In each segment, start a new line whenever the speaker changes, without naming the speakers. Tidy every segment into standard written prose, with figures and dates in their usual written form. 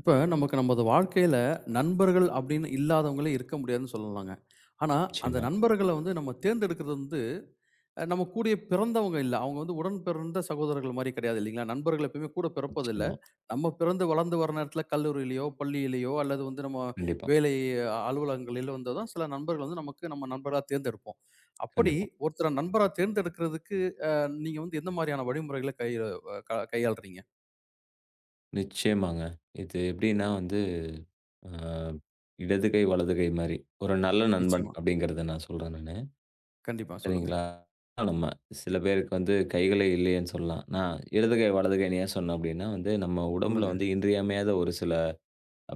இப்ப நமக்கு நமது வாழ்க்கையில நண்பர்கள் அப்படின்னு இல்லாதவங்களே இருக்க முடியாதுன்னு சொல்லலாங்க. ஆனா, அந்த
நிச்சயமா,
நண்பர்கள வந்து நம்ம தேர்ந்தெடுக்கிறது வந்து, நம்ம கூடயே பிறந்தவங்க இல்ல. அவங்க வந்து உடன் பிறந்த சகோதரர்கள் மாரி கிடையாது இல்லைங்களா? நண்பர்கள் எப்பயுமே கூட பிறப்பதில்ல.
நிச்சயமா.
நம்ம பிறந்து வளர்ந்து வர நேரத்தில கல்லூரியிலயோ, பள்ளியிலயோ அல்லது வந்து நம்ம
கண்டிப்பா,
வேலை அலுவலகங்களிலோ வந்து தான் சில நண்பர்கள் வந்து நமக்கு நம்ம நண்பரா தேர்ந்தெடுப்போம். அப்படி
கண்டிப்பா.
ஒருத்தர நண்பரா தேர்ந்தெடுக்கிறதுக்கு நீங்க வந்து எந்த மாரியான வழிமுறைகள கை அ க கையாளுறீங்க?
நிச்சயமாங்க. இது எப்படின்னா வந்து, அ இடது கை, வலது கை மாரி. ஒரு நல்ல நண்பன்
நிச்சயமா.
அப்படிங்கிறத நான் சொல்றேன் நானு.
கண்டிப்பா. சொல்லுங்க.
சரிங்களா? நம்ம சில பேருக்கு வந்து கைகளே இல்லைன்னு சொல்லலாம். நான் இடது கை, வலது கைன்னு ஏன் சொன்னேன் அப்படின்னா வந்து, நம்ம உடம்புல
சொல்லுங்க.
வந்து இன்றியமையாத ஒரு சில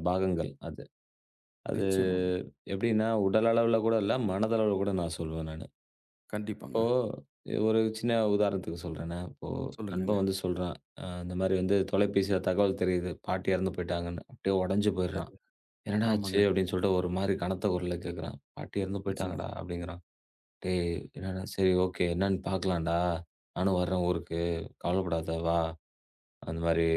பாகங்கள் அது. அது
நிச்சயமாங்க.
எப்படின்னா, உடல் அளவுல கூட இல்ல, மனதளவுல கூட நான் சொல்லுவேன் நானு. இப்போ
கண்டிப்பாங்க.
ஒரு சின்ன உதாரணத்துக்கு சொல்றேனே. இப்போ நண்பன்
சொல்லுங்கங்க.
வந்து சொல்றான், இந்த மாரி வந்து தொலைபேசியில தகவல் தெரியுது. பாட்டி இறந்து போயிட்டாங்கன்னு. அப்படியே உடைஞ்சு போயிடுறான்.
சரி.
"என்னடா ஆச்சு?"
ஆமாங்க.
அப்படின்னு சொல்லிட்டு ஒரு மாரி கனத்த குரல்ல கேட்குறான். "பாட்டி இறந்து
நிச்சயமா.
போயிட்டாங்கடா" அப்படிங்கிறான். "டேய் என்னடா சரி ஓகே என்னன்னு பார்க்கலாம்டா. நானும் வர்றேன் ஊருக்கு. கவலைப்படாத வா. அந்த மாரி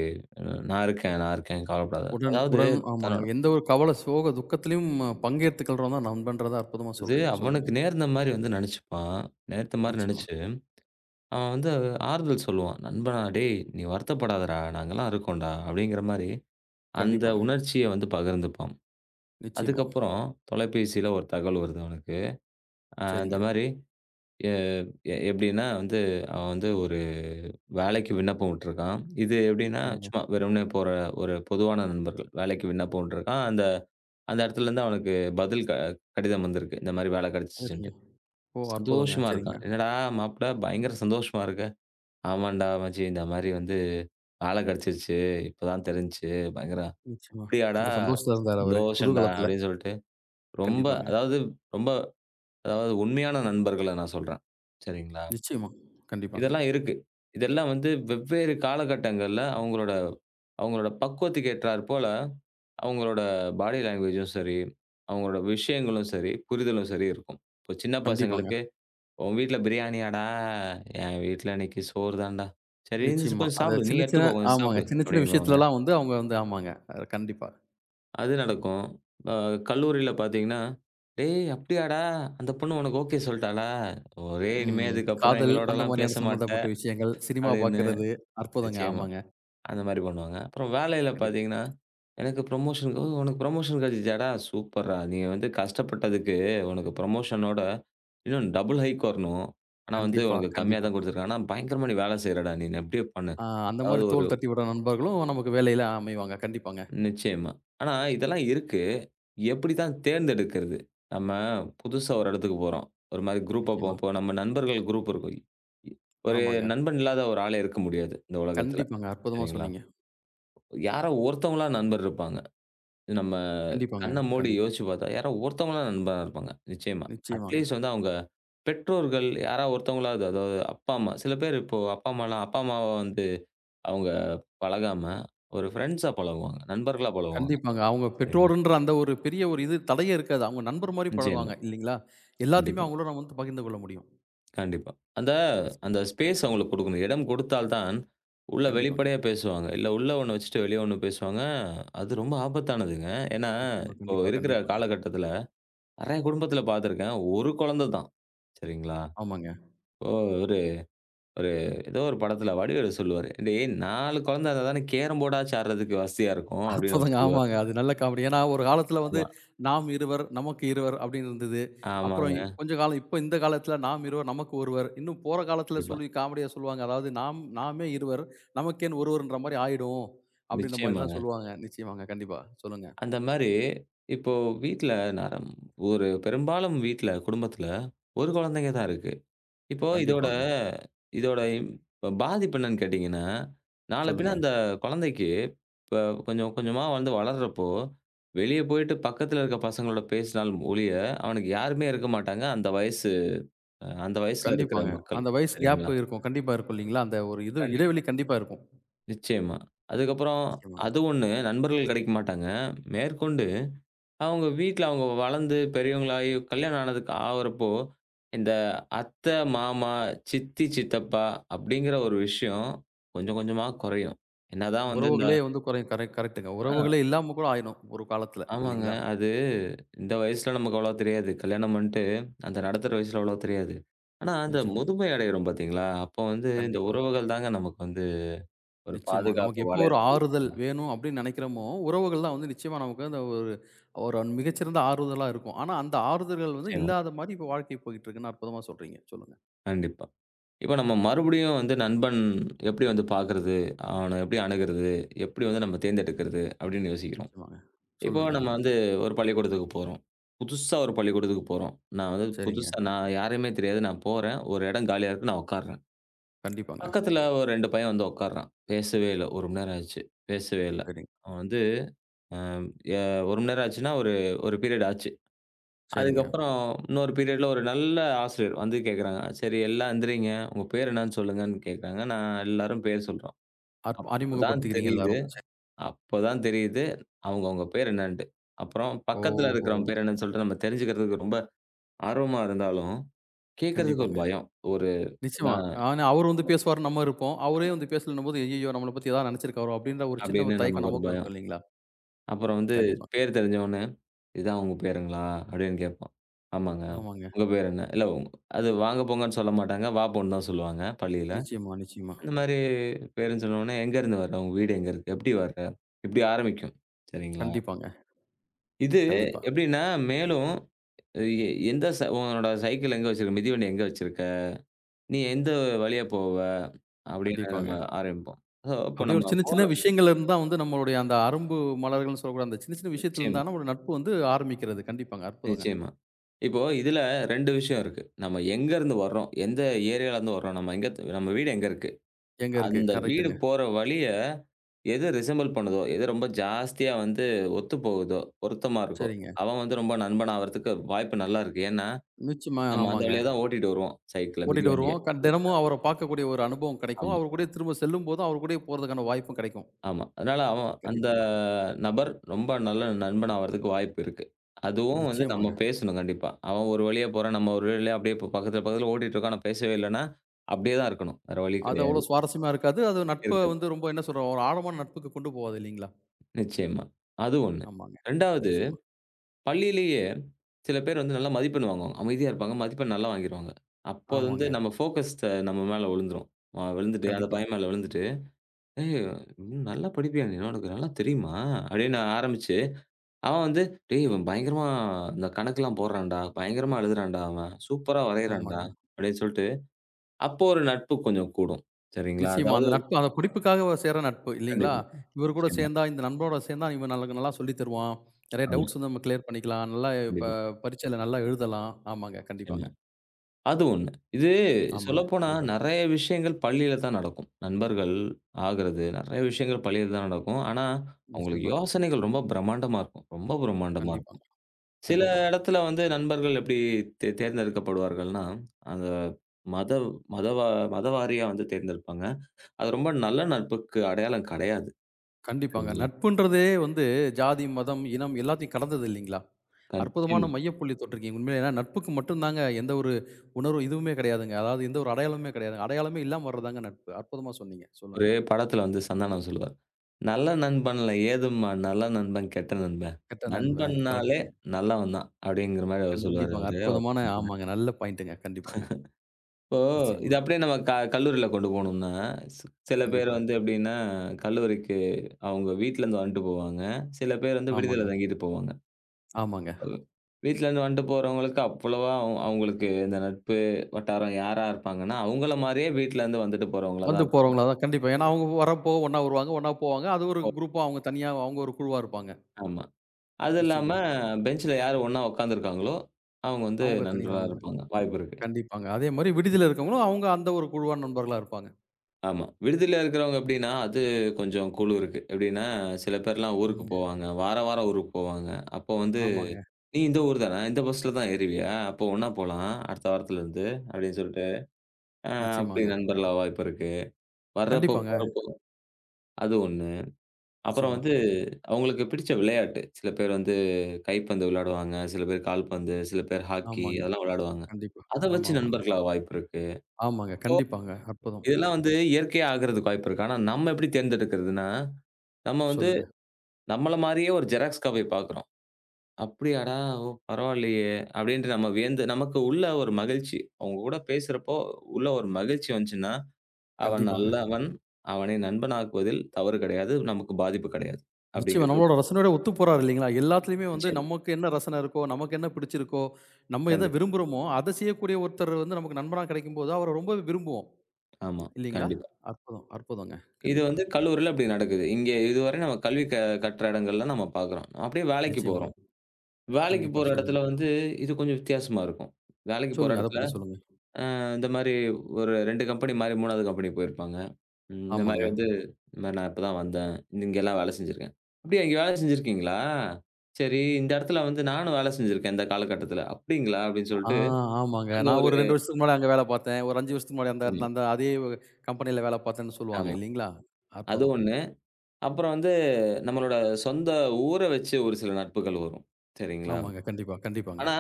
நான் இருக்கேன், நான் இருக்கேன் கவலைப்படாத."
உடன்
அதாவது
உடன் ஆமாங்க.
தன்னோட
எந்த ஒரு கவலை, சோக, துக்கத்திலயும் பங்கேத்துக்கள்றோம் தான் நண்பன்றத அற்புதமா
அது
சொல்றீங்க. சொல்லுங்க.
அவனுக்கு நேர்ந்த மாரி வந்து நெனைச்சுப்பான். நேர்த்த மாரி
நிச்சயமா.
நெனைச்சு அவன் வந்து ஆறுதல் சொல்லுவான். "நண்பனா டேய்! நீ வருத்தப்படாதடா! நாங்கலாம் இருக்கோம்டா!" அப்படிங்கிற மாரி அந்த
கண்டிப்பாங்க.
உணர்ச்சிய வந்து பகிர்ந்துப்பான்.
நிச்சயமா.
அதுக்கப்புறம் தொலைபேசியில ஒரு தகவல் வருது அவனுக்கு. இந்த
சரிங்க.
மாரி எ எ எப்படின்னா வந்து அவன் வந்து ஒரு வேலைக்கு விண்ணப்பம் விட்டுருக்கான். இது எப்படின்னா
சரிங்க.
சும்மா வெறுமனே போற ஒரு பொதுவான நண்பர்கள். வேலைக்கு விண்ணப்பம் விட்டுருக்கான். அந்த அந்த இடத்துலேருந்து அவனுக்கு பதில் கடிதம் வந்திருக்கு. இந்த மாரி வேலை
சரிங்க.
கிடைச்சிச்சுன்ட்டு.
ஓ! அற்புதங்க.
சந்தோஷமா இருக்கான்.
சரிங்க.
"என்னடா மாப்ள பயங்கர சந்தோஷமா இருக்க?" "ஆமான்டா மச்சி இந்த மாரி வந்து" வேலை கிடைச்சிருச்சு. இப்பதான் தெரிஞ்சுச்சு. பயங்கர
நிச்சயமா.
"அப்படியாடா!
அந்த சந்தோஷத்துல இருந்தாரு அவரு.
சந்தோஷம்டா"
குதூகலத்துல.
அப்படின்னு சொல்லிட்டு ரொம்ப
கண்டிப்பாங்க.
அதாவது ரொம்ப அதாவது உண்மையான நண்பர்கள நான் சொல்றேன். சரிங்களா?
நிச்சயமா. கண்டிப்பாங்க.
இதெல்லாம் இருக்கு. இதெல்லாம் வந்து வெவ்வேறு காலகட்டங்கள்ல அவங்களோட அவங்களோட பக்குவத்துக்கு ஏற்றார் போல, அவங்களோட பாடி லாங்குவேஜும் சரி, அவங்களோட விஷயங்களும் சரி, புரிதலும் சரி இருக்கும். இப்போ சின்ன
கண்டிப்பாங்க.
பசங்களுக்கு, "உன் வீட்ல பிரியாணியாடா? என் வீட்ல இன்னைக்கு சோறு தான்டா." "சரி,
நிச்சயமா.
கொஞ்சம்
அத
சாப்பிடு. நீ
சின்ன சின்ன
எடுத்துக்கோ. கொஞ்சம்
ஆமாங்க.
சாப்பிடு."
சின்ன சின்ன
அப்படின்னுவாங்க.
விஷயத்துலலாம் வந்து அவங்க வந்து ஆமாங்க. கண்டிப்பா.
அது நடக்கும். அ கல்லூரியில பார்த்தீங்கன்னா, "டேய் அப்டியாடா! அந்த பொண்ணு உனக்கு ஓகே சொல்ட்டாளா? ஒரே இனிமே
ம்.
இதுக்கப்புறம்
காதல் அந்த
எங்களோடலாம் பேச
மாரியான
மாட்ட"
சம்மந்தப்பட்ட விஷயங்கள், சினிமா
அப்டின்னு.
பாக்குறது. அற்புதங்க.
நிச்சயமா.
ஆமாங்க.
அந்த மாரி பண்ணுவாங்க. அப்புறம் வேலையில
கண்டிப்பா.
பார்த்தீங்கன்னா, எனக்கு ப்ரமோஷன் "ஓ! உனக்கு ப்ரமோஷன் கெடச்சிச்சாடா? சூப்பர்ரா! நீ வந்து கஷ்டப்பட்டதுக்கு உனக்கு ப்ரமோஷனோட இன்னும் டபுள் ஹைக் வரணும். ஆனா வந்து
கண்டிப்பா,
உனக்கு கம்மியா
கண்டிப்பா.
தான் குடுத்துருக்காங்க. ஆனா பயங்கரமா நீ வேல செய்றடா நீனு. அப்டியே பண்ணு."
ஆ அந்த மாரி
அதாவது ஒரு
தோள் தட்டி விடுற நண்பர்களும் நமக்கு வேலையில அமைவாங்க. கண்டிப்பாங்க.
நிச்சயமா. ஆனா இதெல்லாம் இருக்கு. எப்படி தான் தேர்ந்தெடுக்கிறது? நம்ம புதுசா ஒரு இடத்துக்கு போறோம். ஒரு மாரி குரூப்பா போ
நிச்சயமா.
இப்போ நம்ம நண்பர்கள் குரூப் இருக்கும். ஒரு
ஆமாங்க.
நண்பன் இல்லாத ஒரு ஆளே இருக்க முடியாது, இந்த உலகத்துல.
கண்டிப்பாங்க. அற்புதமா
சரிங்களா?
சொன்னீங்க.
யாரோ ஒருத்தவங்களா நண்பர் இருப்பாங்க. இது நம்ம
கண்டிப்பாங்க.
கண்ண மூடி
கண்டிப்பா.
யோசிச்சு பார்த்தா, யாரோ ஒருத்தவங்களா நண்பனா இருப்பாங்க. நிச்சயமா.
நிச்சயமாங்க.
அட்லீஸ்ட் வந்து அவங்க பெற்றோர்கள் யாரா ஒருத்தவங்களாவது, அதாவது அப்பா, அம்மா சில பேர் இப்போ அப்பா, அம்மாலாம் அப்பா, அம்மாவ வந்து அவங்க பழகாம, ஒரு ஃப்ரெண்ட்ஸா பழகுவாங்க. நண்பர்களா பழகுவாங்க.
கண்டிப்பாங்க. அவங்க
சரிங்களா?
பெற்றோருன்ற அந்த ஒரு பெரிய ஒரு இது தடையே இருக்காது. அவங்க நண்பர் மாரி
நிச்சயமா.
பழகுவாங்க இல்லீங்களா? எல்லாத்தையுமே
கண்டிப்பா,
அவங்களோட நம்ம வந்து பகிர்ந்து கொள்ள முடியும்.
கண்டிப்பா. அந்த
நிச்சயமா.
அந்த ஸ்பேஸ் அவங்களுக்கு குடுக்கணும். இடம் கொடுத்தால் தான், உள்ள
கண்டிப்பாங்க.
வெளிப்படையா பேசுவாங்க. இல்ல உள்ள ஒண்ணு வச்சுட்டு வெளிய ஒண்ணு பேசுவாங்க. அது ரொம்ப ஆபத்தானதுங்க. ஏன்னா,
நிச்சயமா.
இப்போ
கண்டிப்பா,
இருக்கிற
கண்டிப்பாங்க.
காலகட்டத்தில நெறைய குடும்பத்தில பார்த்துருக்கேன். ஒரு குழந்தை தான். சரிங்களா?
ஆமாங்க.
இப்போ ஒரு ஒரு ஏதோ ஒரு படத்தில வடிவேலு சொல்லுவாரு. "டேய் 4 குழந்தை இருந்தா தானே கேரம் போர்டாச்சும் ஆடுறதுக்கு வசதியா இருக்கும்." அப்படின்னு அவரு
அற்புதங்க.
சொல்லுவாரு.
ஆமாங்க. அது நல்ல காமெடி. ஏன்னா, ஒரு காலத்துல வந்து
ஆமா,
நாம் இருவர், நமக்கு இருவர் அப்படின்னு இருந்தது. அப்புறம்
ஆமாங்க.
கொஞ்ச காலம் இப்ப இந்த காலத்துல நாம் இருவர், நமக்கு ஒருவர். இன்னும் போற காலத்துல
கண்டிப்பா.
சொல்லி காமெடியா சொல்லுவாங்க. அதாவது நாம் நாமே இருவர், நமக்கேன் ஒருவர்ன்ற மாரி ஆயிடும். அப்படின்ற மாரிலாம்
நிச்சயமாங்க.
சொல்லுவாங்க. நிச்சயமாங்க. கண்டிப்பா. சொல்லுங்க.
அந்த மாரி, இப்போ வீட்ல நான் ரம் ஒரு பெரும்பாலும் வீட்ல, குடும்பத்தில ஒரு குழந்தைங்க தான் இருக்கு. இப்போ இதோட
கண்டிப்பாங்க.
இதோட இம் இப்ப பாதிப்பு என்னன்னு கேட்டீங்கன்னா, நாள பின்ன
சொல்லுங்க.
அந்த குழந்தைக்கு இப்ப கொஞ்சம் கொஞ்சமா வந்து வளர்றப்போ, வெளிய போயிட்டு பக்கத்தில இருக்க பசங்களோட பேசினால் ஒழிய, அவனுக்கு யாருமே இருக்க மாட்டாங்க. அந்த வயசு அந்த வயசுல இருக்கிற
கண்டிப்பாங்க.
மக்கள்.
அந்த வயசு கேப்
சரிங்களா?
இருக்கும். கண்டிப்பா இருக்கும் இல்லீங்களா? அந்த ஒரு இது
கண்டிப்பா.
இடைவெளி கண்டிப்பா இருக்கும்.
நிச்சயமா. அதுக்கப்புறம்
நிச்சயமாங்க.
அது ஒண்ணு, நண்பர்கள் கிடைக்க மாட்டாங்க. மேற்கொண்டு அவங்க வீட்ல அவங்க வளர்ந்து பெரியவங்களாகி கல்யாணம் ஆனதுக்கு ஆகுறப்போ, இந்த அத்தை, மாமா, சித்தி, சித்தப்பா அப்படிங்கிற ஒரு விஷயம் கொஞ்சம் கொஞ்சமா குறையும். என்னதான் வந்து இந்த
உறவுகளே வந்து குறையும். கரெக்ட் கரெக்ட்டுங்க. உறவுகளே
அ
இல்லாம கூட ஆயிடும் ஒரு காலத்துல
ஆமாங்க.
இல்லீங்களா?
அது இந்த வயசுல நமக்கு அவ்வளவா தெரியாது. கல்யாணம் பண்ட்டு அந்த நடத்துற வயசுல அவ்வளவா தெரியாது. ஆனா அந்த
நிச்சயமா.
முதுமை அடைகிறோம் பார்த்தீங்களா? அப்போ வந்து இந்த
கண்டிப்பா.
உறவுகள் தாங்க நமக்கு வந்து ஒரு
நிச்சயமா.
பாதுகாப்பு
நமக்கு எப்போ ஒரு
வளையத்த
ஆறுதல்
குடுப்பாங்க.
வேணும் அப்படின்னு நினைக்கிறோமோ, உறவுகள் தான் வந்து நிச்சயமா நமக்கு அந்த ஒரு ஒரு மிகச்சிறந்த ஆறுதலா இருக்கும். ஆனா அந்த ஆறுதல்கள் வந்து
நிச்சயமா.
இல்லாத மாரி இப்ப வாழ்க்கை போயிட்டு இருக்குன்னு அற்புதமா சொல்றீங்க. சொல்லுங்க.
கண்டிப்பா. இப்ப நம்ம மறுபடியும் வந்து நண்பன் எப்படி வந்து பாக்குறது? அவன எப்படி அணுகுறது? எப்படி வந்து நம்ம தேர்ந்தெடுக்கிறது? அப்படின்னு யோசிக்கிறோம்.
நிச்சயமாங்க.
இப்போ
சொல்லுங்க.
நம்ம ஆமா.
ஆமா.
வந்து ஒரு பள்ளிக்கூடத்துக்கு போறோம். புதுசா ஒரு பள்ளிக்கூடத்துக்கு போறோம். நான் வந்து
சரிங்க.
புதுசா நான் யாரையுமே தெரியாது. நான் போறேன். ஒரு இடம் காலியா இருக்கு. நான் உட்கார்றேன்.
கண்டிப்பாங்க.
பக்கத்துல ஒரு 2 பையன் வந்து உட்கார்றான். பேசவே இல்ல. 1 மணி நேரம் ஆச்சு. பேசவே இல்ல.
சரிங்க.
அவன் வந்து அ எ 1 மணி நேரம் ஆச்சுன்னா, ஒரு ஒரு பீரியட் ஆச்சு.
சரிங்க.
அதுக்கப்புறம் இன்னொரு பீரியட்ல ஒரு நல்ல ஆசிரியர் வந்து கேட்குறாங்க. சரி எல்லாம் எந்திரிங்க. உங்க பேர் என்னன்னு சொல்லுங்கன்னு கேட்குறாங்க. நான் எல்லாரும் பேர் சொல்றோம். அப்பதான்
அறிமுகப்படுத்திக்கிறீங்க
தெரியுது
எல்லாரும். சரி.
அப்பதான் தெரியுது அவங்கவங்க பேர் என்னன்ட்டு. அப்புறம் பக்கத்துல
ஓஹோ!
இருக்கிறவன் பேர்
சரி,
என்னன்னு
சரி.
சொல்லிட்டு நம்ம தெரிஞ்சுக்கிறதுக்கு ரொம்ப ஆர்வமா இருந்தாலும், கேட்கறதுக்கு ஒரு
கண்டிப்பாங்க.
பயம். ஒரு ஏன்னா
நிச்சயமா. ஆனா அவரு வந்து பேசுவாருன்னு நம்ம இருப்போம். அவரே
ஆமா.
வந்து பேசலன்னும்போது, "ஐயய்யோ! நம்மள பத்தி ஏதாவது நினைச்சிருக்காரோ?" அப்படின்ற ஒரு சின்ன
அப்படின்னு
ஒரு தயக்கம்
நமக்கு ஒரு
நமக்கும்
பயம்.
இருக்கும் இல்லைங்களா?
அப்புறம் வந்து
கண்டிப்பாங்க.
பேர் தெரிஞ்சவொன்னே, "இதுதான் உங்க பேருங்களா?" அப்படின்னு கேட்போம். "ஆமாங்க."
ஆமாங்க.
"உங்க பேர் என்ன?" "இல்ல உங்" அது வாங்க போங்கன்னு சொல்ல மாட்டாங்க. வா போன்னு தான் சொல்லுவாங்க பள்ளியில.
நிச்சயமா, நிச்சயமா.
அந்த மாரி பேருன்னு சொன்னோனே, எங்கருந்து வர? உங்க வீடு எங்க இருக்கு? எப்படி வர? இப்படி ஆரம்பிக்கும். சரிங்களா?
கண்டிப்பாங்க.
இது
கண்டிப்பா.
எப்படின்னா, மேலும் எ எந்த ச உன்னோட சைக்கிள் எங்க வச்சிருக்க? மிதிவண்டி எங்க வச்சிருக்க? நீ எந்த வழியா போவ? அப்படின்னு நம்ம
கண்டிப்பாங்க.
ஆரம்பிப்போம். சோ, அப்போ
அப்படியே ஒரு
நம்ம
சின்ன சின்ன
போறோம்
விஷயங்கள்ல இருந்து தான் வந்து நம்மளுடைய அந்த அரும்பு மலர்கள்னு சொல்லக்கூடிய அந்த சின்ன சின்ன விஷயத்துல
நிச்சயமா,
இருந்தான ஒரு நட்பு வந்து ஆரம்பிக்கிறது. கண்டிப்பாங்க. அற்புதங்க.
நிச்சயமா. இப்போ இதுல 2 விஷயம் இருக்கு. நம்ம எங்கருந்து வர்றோம்? எந்த ஏரியாலருந்து வர்றோம்? நம்ம எங்க நம்ம வீடு எங்க இருக்கு?
எங்க இருக்கு.
அந்த வீடு
கரெக்ட்டுங்க.
போற வழிய, எது ரிசெம்பிள் பண்ணுதோ, எது ரொம்ப ஜாஸ்தியா வந்து ஒத்து போகுதோ, பொருத்தமா இருக்கோ,
சரிங்க.
அவன் வந்து ரொம்ப நண்பன் ஆவறதுக்கு வாய்ப்பு நல்லா இருக்கு. ஏன்னா,
நிச்சயமா
நம்ம அந்த
ஆமாங்க.
வழியா தான் ஓட்டிட்டு வருவோம் சைக்கிள,
கூட்டிட்டு
மிதிவண்டிய.
வருவோம். தினமும் அவர பார்க்கக்கூடிய ஒரு அனுபவம் கிடைக்கும்.
ஆமா,
அவரு கூடயே திரும்ப செல்லும்போதும் அவரு கூடயே போறதுக்கான வாய்ப்பும் கிடைக்கும்.
ஆமா. அதனால அவன் அந்த
கண்டிப்பாங்க.
நபர் ரொம்ப நல்ல நண்பன் ஆவறதுக்கு வாய்ப்பு இருக்கு. அதுவும் வந்து நம்ம
நிச்சயமாங்க.
பேசணும் கண்டிப்பா. அவன் ஒரு வழியா போறான், நம்ம ஒரு வழியா அப்படியே இப்ப பக்கத்துல பக்கத்துல ஓட்டிட்டு இருக்கோம். ஆனா பேசவே இல்லன்னா, அப்படியே தான் இருக்கணும். வேற வழி
அது
கிடையாது.
அவ்வளோ சுவாரஸ்யமா இருக்காது. அது நட்ப
இருக்காது.
வந்து ரொம்ப என்ன சொல்றோம், ஒரு ஆழமான நட்புக்கு கொண்டு போவாது இல்லீங்களா?
நிச்சயமா. அது 1.
ஆமாங்க.
2வது
நிச்சயமா.
பள்ளியிலேயே சில பேர் வந்து நல்லா மதிப்பெண் வாங்குவாங்க. அமைதியா இருப்பாங்க. மதிப்பெண் நல்லா வாங்கிருவாங்க. அப்போ வந்து
ஆமாங்க.
நம்ம ஃபோக்கஸ் த நம்ம மேல விழுந்துரும். விழுந்துட்டு அந்த
கண்டிப்பா.
பையன் மேல விழுந்துட்டு, "ஏய் ம் நல்லா படிப்பியா நீ? உனக்கு நல்லா தெரியுமா?" அப்படின்னு ஆரம்பிச்சு, அவன் வந்து, "டேய் இவன் பயங்கரமா இந்த கணக்கெல்லாம் போடுறான்டா. பயங்கரமா எழுதுறான்டா அவன். சூப்பரா வரையறான்டா."
ஆமாங்க.
அப்படின்னு சொல்லிட்டு, அப்போ ஒரு நட்பு கொஞ்சம் கூடும். சரிங்களா?
நிச்சயமா.
அதாவது
அந்த நட்பு அந்த படிப்புக்காக சேர்ற நட்பு இல்லைங்களா?
கண்டிப்பா.
இவரு கூட
நிச்சயமா.
சேர்ந்தா, இந்த நண்பரோட சேர்ந்தா இவன் நல்ல நல்லா சொல்லி தருவான். நெறைய
ஆமா.
டவுட்ஸ் வந்து நம்ம கிளியர் பண்ணிக்கலாம். நல்லா ப
கண்டிப்பா.
பரீட்சையில நல்லா எழுதலாம். ஆமாங்க.
நிச்சயமா.
கண்டிப்பாங்க.
அது ஒண்ணு. இது
ஆமாங்க.
சொல்லப்போனா
கண்டிப்பா.
நெறைய விஷயங்கள் பள்ளியில தான் நடக்கும். நண்பர்கள் ஆகுறது, நெறைய விஷயங்கள் பள்ளியில தான் நடக்கும். ஆனா, அவங்களுக்கு
நிச்சயமா.
யோசனைகள் ரொம்ப பிரம்மாண்டமா இருக்கும். ரொம்ப பிரம்மாண்டமா இருக்கும்.
கண்டிப்பாங்க.
சில
கண்டிப்பா.
இடத்துல வந்து நண்பர்கள் எப்படி தேர்ந்தெடுக்கப்படுவார்கள்னா, அந்த மத மதவா மதவாரியா வந்து தேர்ந்தெடுப்பாங்க. அது ரொம்ப நல்ல நட்புக்கு அடையாளம் கடையாது.
கண்டிப்பாங்க.
சரிங்களா?
நட்புன்றதே வந்து ஜாதி, மதம், இனம் எல்லாத்தையும் கடந்தது இல்லைங்களா? அற்புதமான
கச்சியம்
மையப்புள்ளி தொட்டிருக்கீங்க. உண்மையிலே ஏன்னா நட்புக்கு மட்டும் தாங்க எந்த ஒரு உணர்வு இதுவுமே கிடையாதுங்க. அதாவது எந்த ஒரு அடையாளமுமே கிடையாதுங்க. அடையாளமே இல்லாம வர்றதுதாங்க நட்பு. அற்புதமா சொன்னீங்க. சொல்லுங்க.
ஒரு படத்துல வந்து சந்தானம் சொல்லுவார். "நல்ல நண்பன்ல ஏதும்மா நல்ல நண்பன், கெட்ட நண்பன்.
கெட்ட நண்பன்.
நண்பன்னாலே
கரெக்ட்டுங்க.
நல்லவன் தான்." அப்படிங்கிற மாரி அவர் சொல்லுவாரு
கண்டிப்பாங்க.
அவரு. அவர்
அற்புதமான
பண்ணீங்க.
ஆமாங்க. நல்ல பாயிண்ட்டுங்க. கண்டிப்பாங்க.
இப்போ இது
நிச்சயமா.
அப்படியே நம்ம கல்லூரியில கொண்டு போனோம்னா, சி சில பேர்
கண்டிப்பா.
வந்து எப்படின்னா, கல்லூரிக்கு அவங்க வீட்லருந்து வந்துட்டு போவாங்க. சில பேர் வந்து விடுதியில
ஆமாங்க.
தங்கிட்டு போவாங்க.
ஆமாங்க.
அது வீட்லருந்து வந்துட்டு போறவங்களுக்கு அவ்வளவா அவங்களுக்கு இந்த நட்பு வட்டாரம் யாரா இருப்பாங்கன்னா, அவங்கள மாரியே வீட்லருந்து வந்துட்டு போறவங்களா தான்
வந்து
இருப்பாங்க.
போறவங்களா தான் கண்டிப்பா. ஏன்னா, அவங்க வரப்போ ஒண்ணா வருவாங்க, ஒண்ணா போவாங்க. அது ஒரு குரூப்பா அவங்க தனியா அவங்க ஒரு குழுவா இருப்பாங்க.
ஆமா. அது இல்லாம
நிச்சயமா.
பெஞ்ச்ல யாரு ஒண்ணா உட்கார்ந்துருக்காங்களோ, அவங்க வந்து
அவங்க தனியா
நண்பர்களா
நண்பர்.
இருப்பாங்க. வாய்ப்பு இருக்கு.
கண்டிப்பாங்க. அதே மாரி விடுதியில இருக்கவங்களும் அவங்க அந்த ஒரு குழுவா நண்பர்களா இருப்பாங்க.
ஆமா. விடுதியில இருக்கிறவங்க எப்படின்னா, அது கொஞ்சம் குழு இருக்கு. எப்படின்னா, சில பேர்லாம் ஊருக்கு
சொல்லுங்க.
போவாங்க. வாரம், வாரம் ஊருக்கு போவாங்க. அப்போ வந்து,
ஆமாங்க.
"நீ இந்த ஊர் தானா? இந்த பஸ்ல தான் ஏறுவியா? அப்போ ஒண்ணா போலாம். அடுத்த வாரத்துலருந்து" அப்படின்னு சொல்லிட்டு, அ அப்படி
நிச்சயமாங்க.
நண்பர்களா வாய்ப்பு இருக்கு. வர்றப்போ,
கண்டிப்பாங்க.
போறப்போ அது ஒண்ணு. அப்புறம்
நிச்சயமா.
வந்து அவங்களுக்கு பிடிச்ச விளையாட்டு. சில பேர் வந்து கைப்பந்து விளையாடுவாங்க, சில பேர் கால்பந்து, சில பேர் ஹாக்கி
ஆமாங்க.
அதெல்லாம் விளையாடுவாங்க.
கண்டிப்பா.
அத வச்சு
ஆமா, ஆமாங்க.
நண்பர்களா வாய்ப்பு இருக்கு.
ஆமாங்க. கண்டிப்பாங்க. அற்புதம்.
இதெல்லாம் வந்து இயற்கையா ஆகுறதுக்கு வாய்ப்பு இருக்கு. ஆனா நம்ம எப்படி தேர்ந்தெடுக்கிறதுன்னா, நம்ம வந்து
சொல்லுங்க.
நம்மள மாரியே ஒரு ஜெராக்ஸ் காப்பிய பார்க்குறோம். "அப்படியாடா! ஓ பரவாயில்லையே!" அப்படின்ட்டு நம்ம வியந்து நமக்கு உள்ள ஒரு மகிழ்ச்சி. அவங்க கூட பேசுறப்போ உள்ள ஒரு மகிழ்ச்சி வந்துச்சுன்னா, "அவன்
கண்டிப்பாங்க.
நல்லவன். அவனை நண்பனாக்குவதில் தவறு கிடையாது. நமக்கு பாதிப்பு கிடையாது."
நிச்சயமா.
அப்படிங்கிறது
நம்மளோட ரசனையோட ஒத்து போறாரு இல்லைங்களா? எல்லாத்துலயுமே வந்து
நிச்சயமா.
நமக்கு என்ன ரசனை இருக்கோ, நமக்கு என்ன பிடிச்சிருக்கோ, நம்ம எத
கண்டிப்பா.
விரும்புறோமோ, அத செய்யக்கூடிய ஒருத்தர் வந்து நமக்கு நண்பனா கிடைக்கும்போது, அவர ரொம்பவே விரும்புவோம்.
ஆமா.
இல்லீங்களா?
கண்டிப்பா.
அற்புதம், அற்புதங்க.
இது
கண்டிப்பா.
வந்து கல்லூரில இப்படி நடக்குது. இங்க இதுவரை நம்ம கல்வி கற்ற இடங்கள்ல நம்ம பார்க்குறோம். அப்படியே வேலைக்கு போறோம்.
நிச்சயமாங்க.
வேலைக்கு
கண்டிப்பா.
போற
சொல்லுங்க.
இடத்துல வந்து, இது கொஞ்சம் வித்தியாசமா இருக்கும். வேலைக்கு போற
சொல்லுங்க. அத
இடத்துல,
பத்தி சொல்லுங்க.
அ இந்த மாரி ஒரு 2 கம்பெனி மாறி 3வது கம்பெனி போயிருப்பாங்க. இந்த மாரி
ஆமாங்க.
வந்து, இந்த மாரி நான் இப்ப தான் வந்தேன். இங்கலாம் வேலை செஞ்சிருக்கேன். "அப்படியா இங்க வேலை செஞ்சிருக்கீங்களா? சரி இந்த இடத்துல வந்து நானும் வேலை செஞ்சிருக்கேன் இந்த காலகட்டத்துல." "அப்படிங்களா?" அப்படின்னு
ஆ
சொல்லிட்டு
ஆமாங்க.
அங்க
நான்
ஒரு
ஒரு 2 வருஷத்துக்கு முன்னாடி அங்க வேல பார்த்தேன். ஒரு 5 வருஷத்துக்கு முன்னாடி
ஆமா,
அந்த அந்த அதே கம்பெனியில வேல பார்த்தேன்னு சொல்லுவாங்க
ஆமா.
இல்லீங்களா?
அது
அற்புதம்.
ஒண்ணு. அப்புறம் வந்து நம்மளோட சொந்த ஊர வச்சு ஒரு சில நட்புகள் வரும். சரிங்களா?
ஆமாங்க. கண்டிப்பா, கண்டிப்பாங்க.
ஆனா,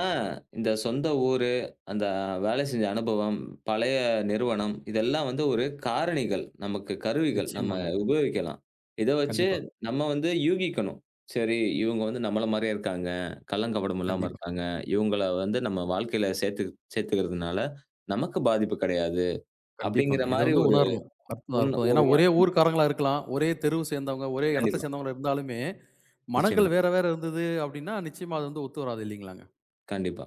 இந்த சொந்த ஊரு, அந்த வேலை செஞ்ச அனுபவம், பழைய நிறுவனம், இதெல்லாம் வந்து ஒரு காரணிகள். நமக்கு கருவிகள். நம்ம
நிச்சயமாங்க.
உபயோகிக்கலாம். இத வச்சு
கண்டிப்பா,
நம்ம வந்து யூகிக்கணும். சரி, இவங்க வந்து நம்மள மாரியே இருக்காங்க. கள்ளங்கபடம் இல்லாம
கண்டிப்பா.
இருக்காங்க. இவங்கள வந்து நம்ம வாழ்க்கையில சேர்த்து சேர்த்துக்கிறதுனால நமக்கு பாதிப்பு கிடையாது. அப்படிங்கிற
கண்டிப்பாங்க. இத
மாரி
வந்து
ஒரு
உணரணும். அற்புதம்,
உண்
அற்புதம். ஏன்னா
ஒரு உண-
ஒரே ஊர்க்காரங்களா இருக்கலாம். ஒரே தெருவு சேர்ந்தவங்க, ஒரே இடத்த
கண்டிப்பா.
சேர்ந்தவங்களா இருந்தாலுமே,
நிச்சயமா.
மனங்கள் வேற வேற இருந்தது அப்டின்னா, நிச்சயமா அது வந்து ஒத்து வராது இல்லைங்களாங்க?
கண்டிப்பா.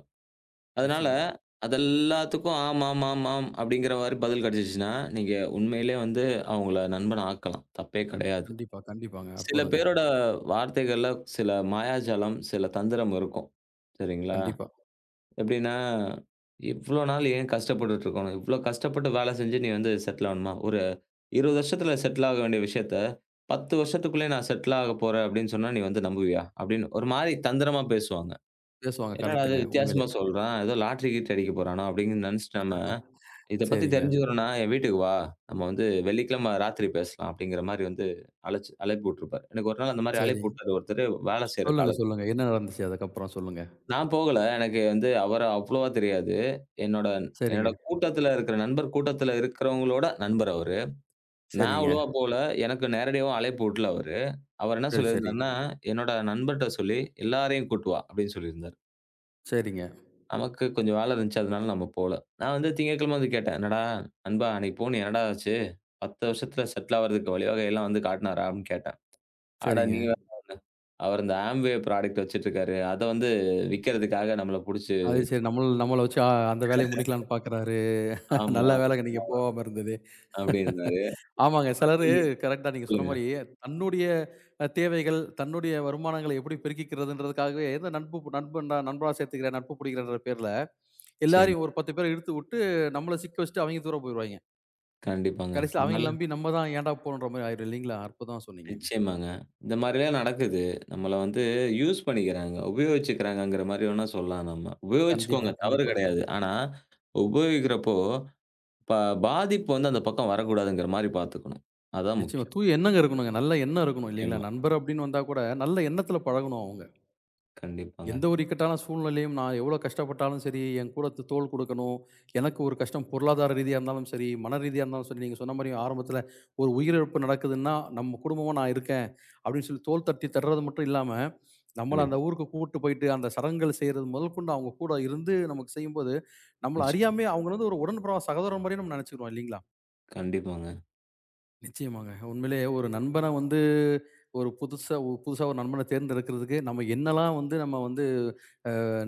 அதனால,
நிச்சயமா.
அது எல்லாத்துக்கும் ஆம், ஆம், ஆம், ஆம் அப்படிங்கிற மாரி பதில் கிடைச்சிச்சுன்னா, நீங்க உண்மையிலே வந்து அவங்கள நண்பனா ஆக்கலாம். தப்பே கிடையாது.
கண்டிப்பா, கண்டிப்பாங்க.
சில
அற்புதங்க.
பேரோட வார்த்தைகள்ல சில மாயாஜாலம், சில தந்திரம் இருக்கும். சரிங்களா?
கண்டிப்பா.
எப்படின்னா, "இவ்ளோ நாள் ஏன் கஷ்டப்பட்டுட்டு இருக்கணும்? இவ்ளோ கஷ்டப்பட்டு வேலை செஞ்சு நீ வந்து செட்டில் ஆகணுமா? ஒரு 20 வருஷத்துல செட்டில் ஆக வேண்டிய விஷயத்த, 10 வருஷத்துக்குள்ளே நான் செட்டில் ஆகப் போறேன்" அப்படின்னு சொன்னா, நீ வந்து நம்புவியா? அப்படின்னு ஒரு மாரி தந்திரமா பேசுவாங்க.
பேசுவாங்க.
என்னடா இது
கரெக்ட்டுங்க.
வித்தியாசமா
உண்மையிலே.
சொல்றான். ஏதோ லாட்டரி கீட்டரி அடிக்க போறானோ! அப்பிடின்னு நினச்சுட்டு நம்ம, இத பத்தி
சரிங்க.
தெரிஞ்சுக்கணுன்னா, என் வீட்டுக்கு வா! நம்ம வந்து வெள்ளிக்கிழமை ராத்திரி பேசலாம். அப்பிடிங்கிறமாரி வந்து அழைச்சு அழைப்பு விட்டுருப்பாரு. எனக்கு ஒரு நாள் அந்தமாரி
சரி.
அழைப்பு விட்டாரு ஒருத்தரு வேலை செய்ற
சொல்லுங்க,
கால
சொல்லுங்க. என்ன நடந்துச்சு அதுக்கப்புறம் சொல்லுங்க.
நான் போகல. எனக்கு வந்து அவர அவ்வளவா தெரியாது. என்னோட
சரிங்க,
என்னோட கூட்டத்தில இருக்கிற நண்பர் கூட்டத்தில இருக்கிறவங்களோட நண்பர் அவரு. நான்
சரிங்க.
அவ்வளவா போல. எனக்கு நேரடியாவும் அழைப்பு விடல அவரு. அவர் என்ன
சரி, சரி.
சொல்லியிருந்தாருன்னா, என்னோட நண்பர்ட்ட சொல்லி எல்லாரையும் கூட்டு வா! அப்பிடின்னு சொல்லியிருந்தாரு.
சரிங்க,
நமக்கு கொஞ்சம் வேலை இருந்துச்சு. அதனால நம்ம போல. நான் வந்து திங்கட்கிழமை வந்து கேட்டேன். "என்னடா நண்பா அன்னைக்கு போனியே என்னடா ஆச்சு? 10 வருஷத்துல செட்டில் ஆவறதுக்கு வழிவகையெல்லாம் வந்து காட்டுனாரா?" அப்படின்னு கேட்டேன். "அட
சரிங்க.
நீ வேற அவர் இந்த Amway ப்ராடக்ட் வச்சிட்டுருக்காரு. அத வந்து விக்கிறதுக்காக நம்மள புடிச்சு"
அது சரி நம்மள நம்மள வச்சு அந்த வேலைய முடிக்கலான்னு பார்க்குறாரு. நல்ல
ஆமா,
வேலைங்க நீங்க
ஆமா
போகாம இருந்தது.
அப்படின்னாரு.
ஆமாங்க. சிலரு
நீங்க
கரெக்ட்டா நீங்க சொன்ன
சொல்லுங்க.
மாரி, தன்னுடைய தேவைகள், தன்னுடைய வருமானங்கள எப்படி பெருக்கிக்கிறதுன்றதுக்காகவே, இந்த நட்பு நண்பன்டா நண்பனா சேர்த்துக்கிறேன், நட்பு பிடிக்கிறேன்ற பேர்ல,
நிச்சயமா.
எல்லாரையும் ஒரு 10 பேர இழுத்து விட்டு, நம்மள சிக்க வச்சுட்டு அவைங்க தூர போயிருவாய்ங்க.
கண்டிப்பாங்க.
கடைசில
இந்த
அவைங்கள
மாரிலாம்
நம்பி நம்ம தான் ஏன்டா போறோன்ற மாரி ஆயிரும் இல்லைங்களா? அற்புதமா சொன்னீங்கங்க.
நிச்சயமாங்க. இந்த மாரிலாம் நடக்குது. நம்மள வந்து யூஸ் பண்ணிக்கிறாங்க. உபயோகிச்சுக்கிறாங்கங்கிற மாரி வேணா சொல்லலாம் நம்ம.
கண்டிப்பா,
உபயோகிச்சுக்கோங்க தவறு
கண்டிப்பா.
கிடையாது. ஆனா உபயோகிக்கிறப்போ ப பாதிப்பு வந்து அந்த பக்கம் வரக்கூடாதுங்கிற மாரி பார்த்துக்கணும். அதான்
நிச்சயமா.
முக்கியம்.
தூய எண்ணங்க இருக்கணுங்க. நல்ல எண்ணம் இருக்கணும் இல்லைங்களா?
நிச்சயமா.
நண்பர் அப்படின்னு வந்தா கூட, நல்ல எண்ணத்துல பழகணும் அவங்க.
கண்டிப்பாங்க.
எந்த ஒரு இக்கட்டான சூழ்நிலையும் நான் எவ்வளோ கஷ்டப்பட்டாலும் சரி, என் கூட தோள் குடுக்கணும். எனக்கு ஒரு கஷ்டம் பொருளாதார ரீதியா இருந்தாலும் சரி, மன ரீதியா இருந்தாலும் சரி, நீங்க சொன்ன மாரி ஆரம்பத்தில ஒரு உயிரிழப்பு நடக்குதுன்னா, நம்ம குடும்பமா நான் இருக்கேன். அப்படின்னு சொல்லி தோள் தட்டி தர்றது மட்டும் இல்லாம, நம்மள
கண்டிப்பா.
அந்த ஊருக்கு கூட்டு போயிட்டு அந்த சடங்குகள் செய்றது முதற்கொண்டு அவங்க கூட இருந்து நமக்கு செய்யும்போது, நம்மள
நிச்சயம்.
அறியாமயே அவங்கள வந்து ஒரு உடன்பிறவா சகோதரன் மாரியே நம்ம நெனச்சுக்கிறோம் இல்லைங்களா?
கண்டிப்பாங்க.
நிச்சயமாங்க. உண்மையிலேயே ஒரு நண்பன வந்து ஒரு புதுசா புதுசா ஒரு நண்பன தேர்ந்தெடுக்கிறதுக்கு நம்ம என்னலாம் வந்து நம்ம வந்து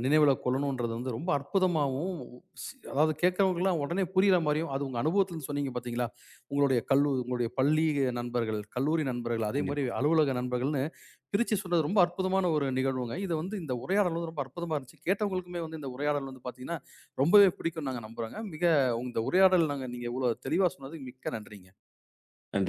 நினைவுல கொள்ளணுன்றது வந்து ரொம்ப அற்புதமாவும், அதாவது கேட்கிறவங்களுக்குலாம் உடனே புரியிற மாரியும், அது உங்க அனுபவத்திலருந்து சொன்னீங்க பார்த்தீங்களா? உங்களுடைய உங்களுடைய பள்ளி நண்பர்கள், கல்லூரி நண்பர்கள், அதே மாரி
கண்டிப்பா.
அலுவலக நண்பர்கள்ன்னு பிரிச்சு சொன்னது ரொம்ப அற்புதமான ஒரு நிகழ்வுங்க. இது வந்து இந்த உரையாடல் வந்து ரொம்ப அற்புதமா இருந்துச்சு. கேட்டவங்களுக்குமே வந்து இந்த உரையாடல் வந்து பார்த்தீங்கன்னா, ரொம்பவே பிடிக்கும்னு நாங்க நம்புறோங்க. மிக இந்த உரையாடல் நாங்க நீங்க இவ்வளோ தெளிவா சொன்னதுக்கு மிக்க நன்றிங்க.
நன்றி.